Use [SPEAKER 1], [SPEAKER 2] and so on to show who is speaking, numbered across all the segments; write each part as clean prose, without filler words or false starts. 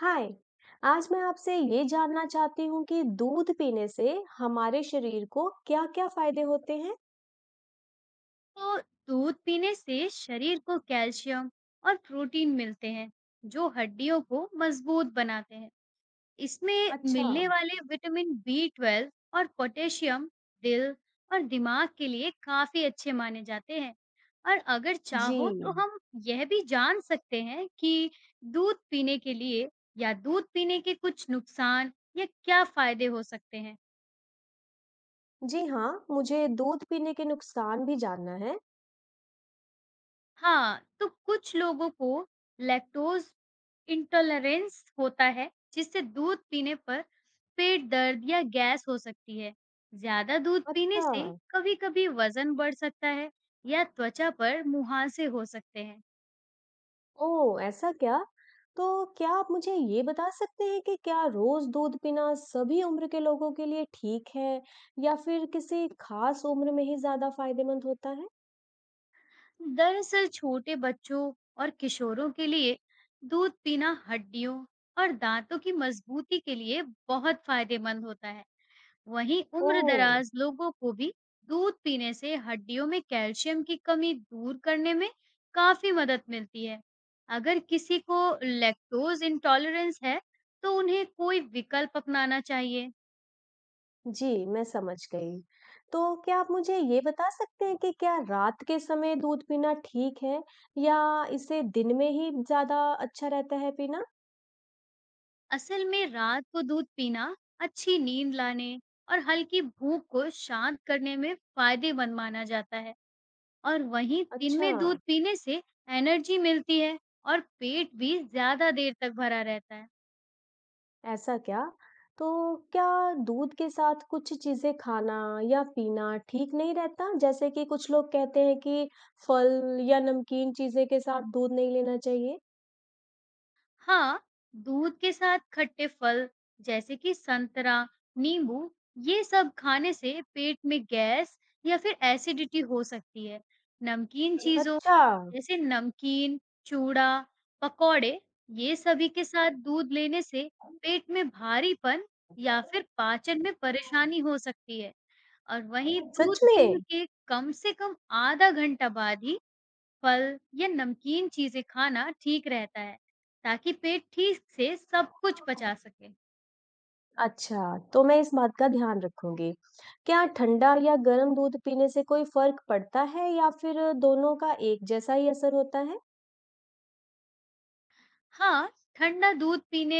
[SPEAKER 1] हाय। आज मैं आपसे ये जानना चाहती हूँ कि दूध पीने से हमारे शरीर को क्या-क्या फायदे होते हैं?
[SPEAKER 2] तो दूध पीने से शरीर को कैल्शियम और प्रोटीन मिलते हैं जो हड्डियों को मजबूत बनाते हैं। इसमें
[SPEAKER 1] अच्छा।
[SPEAKER 2] मिलने वाले विटामिन B12 और पोटेशियम दिल और दिमाग के लिए काफी अच्छे माने जाते हैं। और अगर
[SPEAKER 1] जी।
[SPEAKER 2] चाहो तो हम यह भी जान सकते हैं कि दूध पीने के लिए या दूध पीने के कुछ नुकसान या क्या फायदे हो सकते हैं।
[SPEAKER 1] जी हाँ, मुझे दूध पीने के नुकसान भी जानना है।
[SPEAKER 2] हाँ, तो कुछ लोगों को लैक्टोज़ इंटॉलरेंस होता है, जिससे दूध पीने पर पेट दर्द या गैस हो सकती है। ज़्यादा दूध पीने
[SPEAKER 1] अच्छा।
[SPEAKER 2] से कभी-कभी वज़न बढ़ सकता है या त्वचा पर मुहांसे हो सकते हैं।
[SPEAKER 1] ओह ऐसा क्या? तो क्या आप मुझे ये बता सकते हैं कि क्या रोज दूध पीना सभी उम्र के लोगों के लिए ठीक है या फिर किसी खास उम्र में ही ज्यादा फायदेमंद होता है?
[SPEAKER 2] दरअसल छोटे बच्चों और किशोरों के लिए दूध पीना हड्डियों और दांतों की मजबूती के लिए बहुत फायदेमंद होता है। वहीं
[SPEAKER 1] ओह।
[SPEAKER 2] उम्रदराज लोगों को भी दूध पीने से हड्डियों में कैल्शियम की कमी दूर करने में काफी मदद मिलती है। अगर किसी को लैक्टोज इंटॉलरेंस है, तो उन्हें कोई विकल्प अपनाना चाहिए।
[SPEAKER 1] जी, मैं समझ गई। तो क्या आप मुझे ये बता सकते हैं कि क्या रात के समय दूध पीना ठीक है या इसे दिन में ही ज़्यादा अच्छा रहता है पीना?
[SPEAKER 2] असल में रात को दूध पीना अच्छी नींद लाने और हल्की भूख को शांत करने में फायदेमंद माना जाता है। और वहीं दिन
[SPEAKER 1] अच्छा।
[SPEAKER 2] में दूध पीने से एनर्जी मिलती है और पेट भी ज्यादा देर तक भरा रहता है।
[SPEAKER 1] ऐसा क्या? तो क्या दूध के साथ कुछ चीज़ें खाना या पीना ठीक नहीं रहता? जैसे कि कुछ लोग कहते हैं कि फल या नमकीन चीज़ें के साथ दूध नहीं लेना चाहिए।
[SPEAKER 2] हाँ, दूध के साथ खट्टे फल जैसे कि संतरा, नींबू ये सब खाने से पेट में गैस या फिर एसिडिटी हो सकती है। नमकीन चीजों
[SPEAKER 1] अच्छा।
[SPEAKER 2] जैसे नमकीन, चूड़ा, पकौड़े ये सभी के साथ दूध लेने से पेट में भारीपन या फिर पाचन में परेशानी हो सकती है। और वहीं दूध
[SPEAKER 1] सच में?
[SPEAKER 2] पीने के कम से कम आधा घंटा बाद ही फल या नमकीन चीजें खाना ठीक रहता है ताकि पेट ठीक से सब कुछ पचा सके।
[SPEAKER 1] अच्छा, तो मैं इस बात का ध्यान रखूँगी। क्या ठंडा या गर्म दूध पीने से कोई फ़र्क पड़ता है या फिर दोनों का एक जैसा ही असर होता है?
[SPEAKER 2] हाँ, ठंडा दूध पीने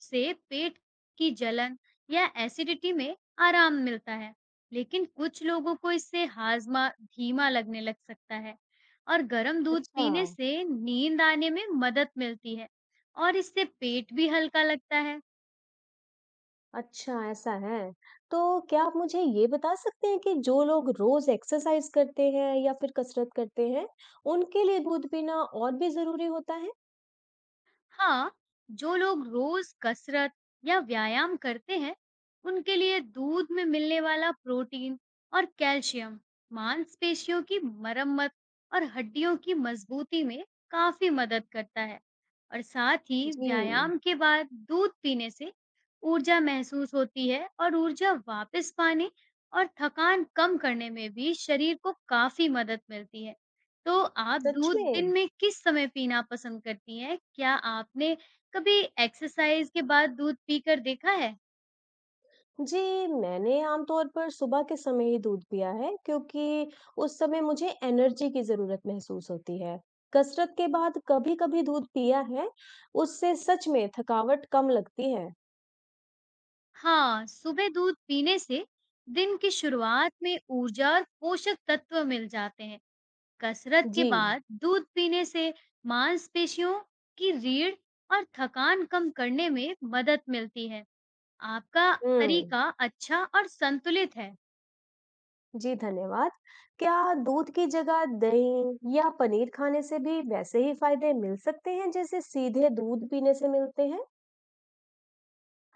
[SPEAKER 2] से पेट की जलन या एसिडिटी में आराम मिलता है, लेकिन कुछ लोगों को इससे हाजमा धीमा लगने लग सकता है। और गर्म दूध
[SPEAKER 1] अच्छा।
[SPEAKER 2] पीने से नींद आने में मदद मिलती है और इससे पेट भी हल्का लगता है।
[SPEAKER 1] अच्छा ऐसा है। तो क्या आप मुझे ये बता सकते हैं कि जो लोग रोज़ एक्सरसाइज़ करते हैं या फिर कसरत करते हैं, उनके लिए दूध पीना और भी ज़रूरी होता है?
[SPEAKER 2] हाँ, जो लोग रोज कसरत या व्यायाम करते हैं, उनके लिए दूध में मिलने वाला प्रोटीन और कैल्शियम मांसपेशियों की मरम्मत और हड्डियों की मजबूती में काफी मदद करता है। और साथ ही
[SPEAKER 1] जी।
[SPEAKER 2] व्यायाम के बाद दूध पीने से ऊर्जा महसूस होती है और ऊर्जा वापस पाने और थकान कम करने में भी शरीर को काफी मदद मिलती है। तो आप
[SPEAKER 1] सच
[SPEAKER 2] दूध दिन
[SPEAKER 1] में?
[SPEAKER 2] में किस समय पीना पसंद करती हैं? क्या आपने कभी एक्सरसाइज़ के बाद दूध पीकर देखा है?
[SPEAKER 1] जी, मैंने आमतौर पर सुबह के समय ही दूध पिया है क्योंकि उस समय मुझे एनर्जी की ज़रूरत महसूस होती है। कसरत के बाद कभी-कभी दूध पिया है, उससे सच में थकावट कम लगती है।
[SPEAKER 2] हाँ, सुबह दूध पीने से दिन की शुरुआत में ऊर्जा और पोषक तत्व मिल जाते हैं। कसरत के
[SPEAKER 1] जी।
[SPEAKER 2] बाद दूध पीने से मांसपेशियों की रीढ़ और थकान कम करने में मदद मिलती है। आपका
[SPEAKER 1] हुँ।
[SPEAKER 2] तरीका अच्छा और संतुलित है।
[SPEAKER 1] जी, धन्यवाद। क्या दूध की जगह दही या पनीर खाने से भी वैसे ही फ़ायदे मिल सकते हैं जैसे सीधे दूध पीने से मिलते हैं?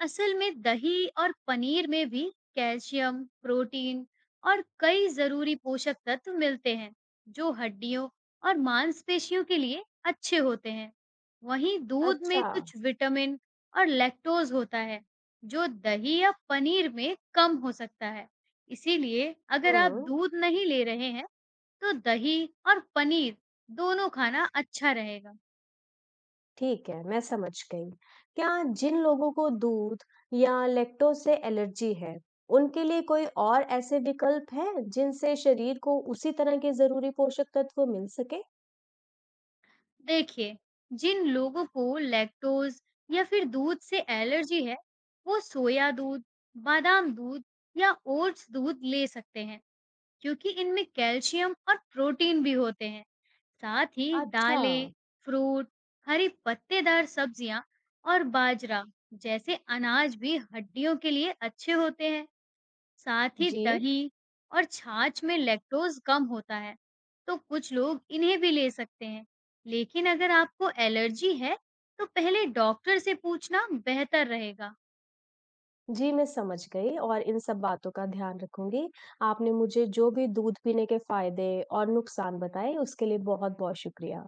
[SPEAKER 2] असल में दही और पनीर में भी कैल्शियम, प्रोटीन और कई जरूरी पोषक तत्व मिलते हैं, जो हड्डियों और मांसपेशियों के लिए अच्छे होते हैं। वहीं दूध में
[SPEAKER 1] अच्छा।
[SPEAKER 2] कुछ विटामिन और लैक्टोज होता है, जो दही या पनीर में कम हो सकता है। इसीलिए अगर आप
[SPEAKER 1] हुँ।
[SPEAKER 2] दूध नहीं ले रहे हैं, तो दही और पनीर दोनों खाना अच्छा रहेगा।
[SPEAKER 1] ठीक है, मैं समझ गई। क्या जिन लोगों को दूध या लैक्टोज़ से एलर्जी है, उनके लिए कोई और ऐसे विकल्प हैं जिनसे शरीर को उसी तरह के ज़रूरी पोषक तत्व मिल सके?
[SPEAKER 2] देखिए, जिन लोगों को लैक्टोज या फिर दूध से एलर्जी है, वो सोया दूध, बादाम दूध या ओट्स दूध ले सकते हैं, क्योंकि इनमें कैल्शियम और प्रोटीन भी होते हैं। साथ ही
[SPEAKER 1] अच्छा।
[SPEAKER 2] दालें, फ्रूट, हरी पत्तेदार सब्जियां और बाजरा जैसे अनाज भी हड्डियों के लिए अच्छे होते हैं। साथ ही
[SPEAKER 1] जी।
[SPEAKER 2] दही और छाछ में लैक्टोज कम होता है, तो कुछ लोग इन्हें भी ले सकते हैं। लेकिन अगर आपको एलर्जी है, तो पहले डॉक्टर से पूछना बेहतर रहेगा।
[SPEAKER 1] जी, मैं समझ गई और इन सब बातों का ध्यान रखूँगी। आपने मुझे जो भी दूध पीने के फ़ायदे और नुकसान बताए, उसके लिए बहुत-बहुत शुक्रिया।